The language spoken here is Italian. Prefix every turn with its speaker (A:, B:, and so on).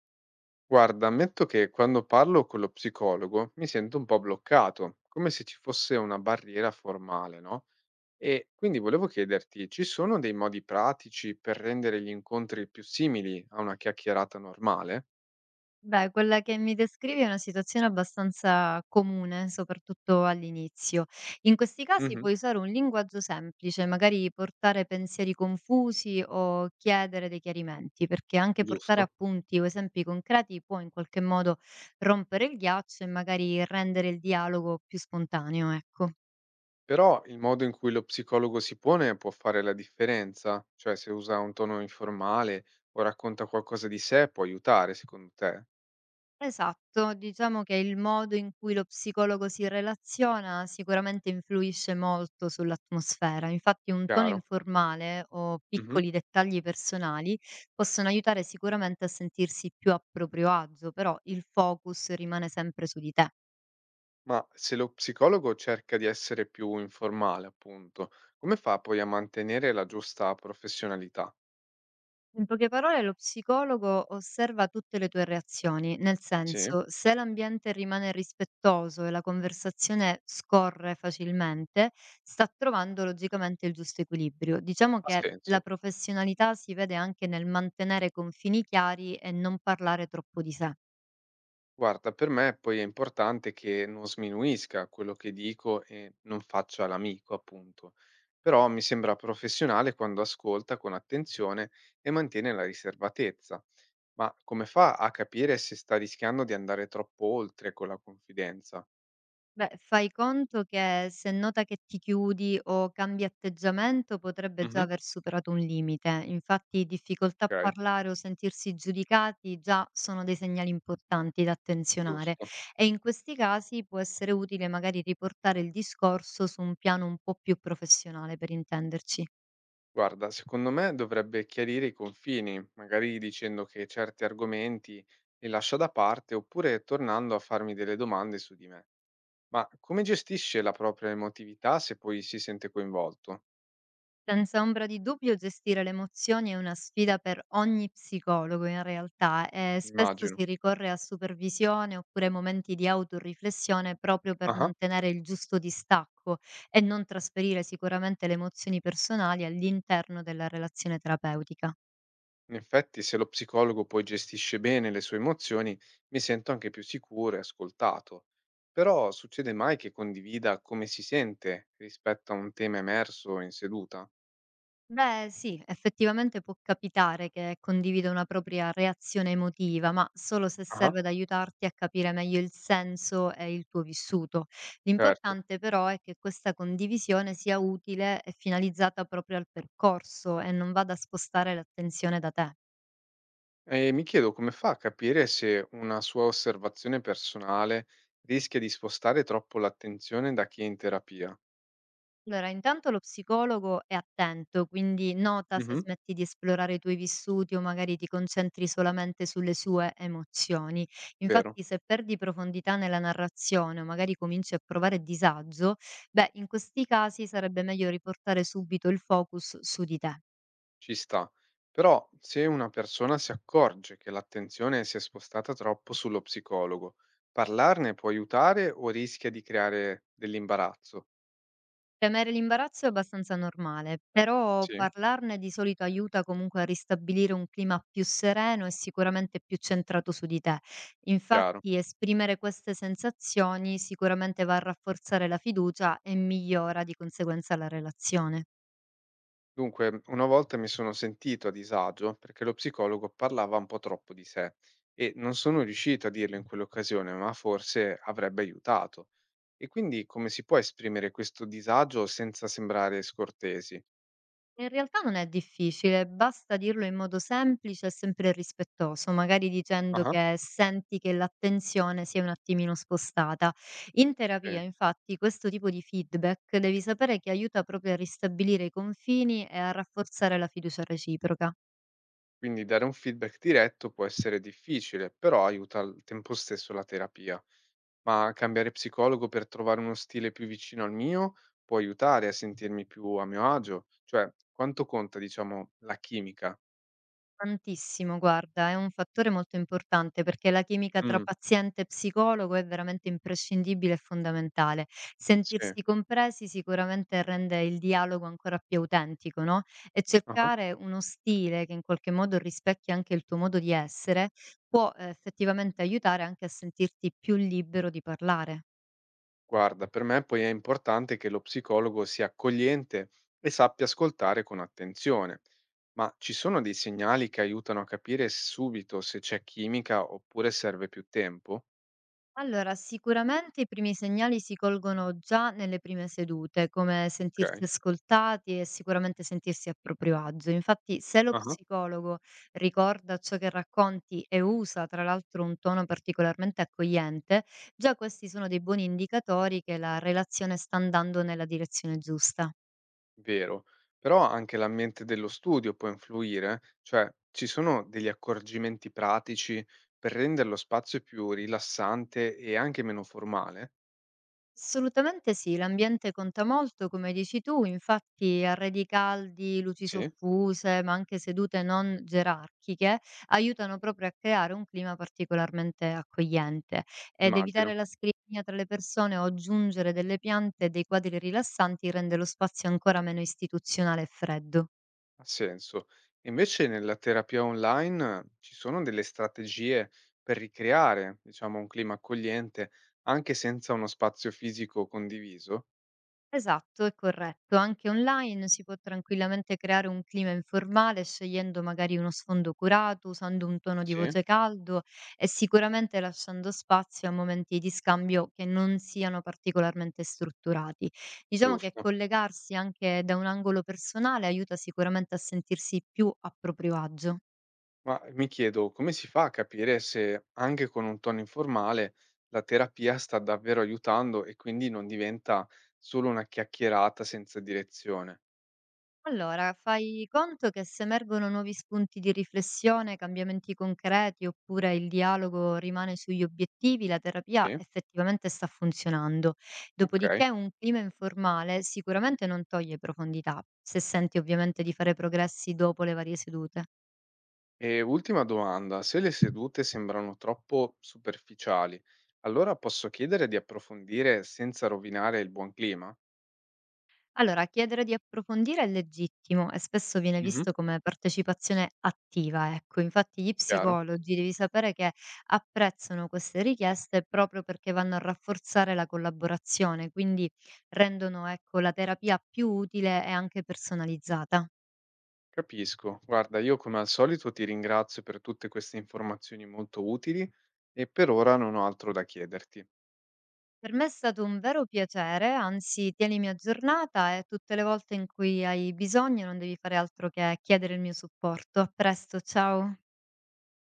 A: Guarda, ammetto che quando parlo con lo psicologo mi sento un po' bloccato, come se ci fosse una barriera formale, no? E quindi volevo chiederti, ci sono dei modi pratici per rendere gli incontri più simili a una chiacchierata normale?
B: Beh, quella che mi descrivi è una situazione abbastanza comune, soprattutto all'inizio. In questi casi
A: Mhm,
B: puoi usare un linguaggio semplice, magari portare pensieri confusi o chiedere dei chiarimenti, perché anche portare
A: giusto.
B: appunti o esempi concreti può in qualche modo rompere il ghiaccio e magari rendere il dialogo più spontaneo, ecco.
A: Però il modo in cui lo psicologo si pone può fare la differenza, cioè se usa un tono informale o racconta qualcosa di sé può aiutare, secondo te?
B: Esatto, diciamo che il modo in cui lo psicologo si relaziona sicuramente influisce molto sull'atmosfera. Infatti un tono
A: Chiaro?
B: informale o
A: Mhm.
B: piccoli dettagli personali possono aiutare sicuramente a sentirsi più a proprio agio, però il focus rimane sempre su di te.
A: Ma se lo psicologo cerca di essere più informale, appunto, come fa poi a mantenere la giusta professionalità?
B: In poche parole, lo psicologo osserva tutte le tue reazioni, nel
A: Sì,
B: senso, se l'ambiente rimane rispettoso e la conversazione scorre facilmente, sta trovando logicamente il giusto equilibrio. Diciamo
A: ha
B: che la
A: senso.
B: professionalità si vede anche nel mantenere confini chiari e non parlare troppo di sé.
A: Guarda, per me poi è importante che non sminuisca quello che dico e non faccia l'amico, appunto. Però mi sembra professionale quando ascolta con attenzione e mantiene la riservatezza. Ma come fa a capire se sta rischiando di andare troppo oltre con la confidenza?
B: Beh, fai conto che se nota che ti chiudi o cambi atteggiamento potrebbe già
A: Mhm,
B: aver superato un limite. Infatti, difficoltà a
A: ok,
B: parlare o sentirsi giudicati già sono dei segnali importanti da attenzionare
A: giusto.
B: e in questi casi può essere utile magari riportare il discorso su un piano un po' più professionale, per intenderci.
A: Guarda, secondo me dovrebbe chiarire i confini, magari dicendo che certi argomenti li lascia da parte oppure tornando a farmi delle domande su di me. Ma come gestisce la propria emotività se poi si sente coinvolto?
B: Senza ombra di dubbio gestire le emozioni è una sfida per ogni psicologo in realtà e spesso
A: Immagino.
B: si ricorre a supervisione oppure momenti di autoriflessione proprio per
A: Ah,
B: mantenere il giusto distacco e non trasferire sicuramente le emozioni personali all'interno della relazione terapeutica.
A: in effetti, se lo psicologo poi gestisce bene le sue emozioni, mi sento anche più sicuro e ascoltato. Però succede mai che condivida come si sente rispetto a un tema emerso in seduta?
B: Beh, sì, effettivamente può capitare che condivida una propria reazione emotiva, ma solo se
A: Ah,
B: serve ad aiutarti a capire meglio il senso e il tuo vissuto.
A: certo.
B: L'importante però è che questa condivisione sia utile e finalizzata proprio al percorso e non vada a spostare l'attenzione da te.
A: E mi chiedo come fa a capire se una sua osservazione personale rischia di spostare troppo l'attenzione da chi è in terapia.
B: Allora, intanto lo psicologo è attento, quindi nota se
A: Mhm.
B: smetti di esplorare i tuoi vissuti o magari ti concentri solamente sulle sue emozioni.
A: Vero,
B: Infatti, se perdi profondità nella narrazione o magari cominci a provare disagio, beh, in questi casi sarebbe meglio riportare subito il focus su di te.
A: ci sta. Però se una persona si accorge che l'attenzione si è spostata troppo sullo psicologo, parlarne può aiutare o rischia di creare dell'imbarazzo?
B: Temere l'imbarazzo è abbastanza normale, però
A: Sì,
B: parlarne di solito aiuta comunque a ristabilire un clima più sereno e sicuramente più centrato su di te.
A: chiaro.
B: Infatti, esprimere queste sensazioni sicuramente va a rafforzare la fiducia e migliora di conseguenza la relazione.
A: Dunque, una volta mi sono sentito a disagio perché lo psicologo parlava un po' troppo di sé e non sono riuscito a dirlo in quell'occasione, ma forse avrebbe aiutato. E quindi come si può esprimere questo disagio senza sembrare scortesi?
B: In realtà non è difficile, basta dirlo in modo semplice e sempre rispettoso, magari dicendo
A: Ah,
B: che senti che l'attenzione si è un attimino spostata. In
A: Eh,
B: terapia, infatti, questo tipo di feedback devi sapere che aiuta proprio a ristabilire i confini e a rafforzare la fiducia reciproca.
A: quindi dare un feedback diretto può essere difficile, però aiuta al tempo stesso la terapia. Ma cambiare psicologo per trovare uno stile più vicino al mio può aiutare a sentirmi più a mio agio? Cioè, quanto conta, diciamo, la chimica?
B: Tantissimo, guarda, è un fattore molto importante perché la chimica tra
A: Mm.
B: paziente e psicologo è veramente imprescindibile e fondamentale.
A: Sì,
B: Sentirsi compresi sicuramente rende il dialogo ancora più autentico, no? E
A: ah-ah.
B: cercare uno stile che in qualche modo rispecchi anche il tuo modo di essere può effettivamente aiutare anche a sentirti più libero di parlare.
A: Guarda, per me poi è importante che lo psicologo sia accogliente e sappia ascoltare con attenzione. Ma ci sono dei segnali che aiutano a capire subito se c'è chimica oppure serve più tempo?
B: Allora, sicuramente i primi segnali si colgono già nelle prime sedute, come sentirsi
A: Okay,
B: ascoltati e sicuramente sentirsi a proprio agio. Infatti, se lo
A: ah-ah,
B: psicologo ricorda ciò che racconti e usa, tra l'altro, un tono particolarmente accogliente, già questi sono dei buoni indicatori che la relazione sta andando nella direzione giusta.
A: vero. Però anche l'ambiente dello studio può influire? Cioè, ci sono degli accorgimenti pratici per rendere lo spazio più rilassante e anche meno formale?
B: Assolutamente sì, l'ambiente conta molto, come dici tu, infatti arredi caldi, luci
A: Sì,
B: soffuse, ma anche sedute non gerarchiche, aiutano proprio a creare un clima particolarmente accogliente ed evitare
A: immagino.
B: la scrigna tra le persone o aggiungere delle piante e dei quadri rilassanti rende lo spazio ancora meno istituzionale e freddo.
A: Ha senso. Invece nella terapia online ci sono delle strategie per ricreare, diciamo, un clima accogliente anche senza uno spazio fisico condiviso?
B: Esatto, è corretto. Anche online si può tranquillamente creare un clima informale scegliendo magari uno sfondo curato, usando un tono di
A: Sì,
B: voce caldo e sicuramente lasciando spazio a momenti di scambio che non siano particolarmente strutturati. Diciamo che
A: giusto.
B: collegarsi anche da un angolo personale aiuta sicuramente a sentirsi più a proprio agio.
A: Ma mi chiedo come si fa a capire se anche con un tono informale la terapia sta davvero aiutando e quindi non diventa solo una chiacchierata senza direzione?
B: Allora, fai conto che se emergono nuovi spunti di riflessione, cambiamenti concreti oppure il dialogo rimane sugli obiettivi, la terapia
A: Sì,
B: effettivamente sta funzionando.
A: ok.
B: Dopodiché un clima informale sicuramente non toglie profondità, se senti ovviamente di fare progressi dopo le varie sedute.
A: E ultima domanda, se le sedute sembrano troppo superficiali, allora posso chiedere di approfondire senza rovinare il buon clima?
B: Allora, chiedere di approfondire è legittimo e spesso viene
A: Mhm.
B: visto come partecipazione attiva, ecco. Infatti gli
A: Chiaro?
B: psicologi devi sapere che apprezzano queste richieste proprio perché vanno a rafforzare la collaborazione, quindi rendono, ecco, la terapia più utile e anche personalizzata.
A: Capisco. Guarda, io come al solito ti ringrazio per tutte queste informazioni molto utili e per ora non ho altro da chiederti.
B: Per me è stato un vero piacere, anzi, tienimi aggiornata e tutte le volte in cui hai bisogno non devi fare altro che chiedere il mio supporto. A presto, ciao.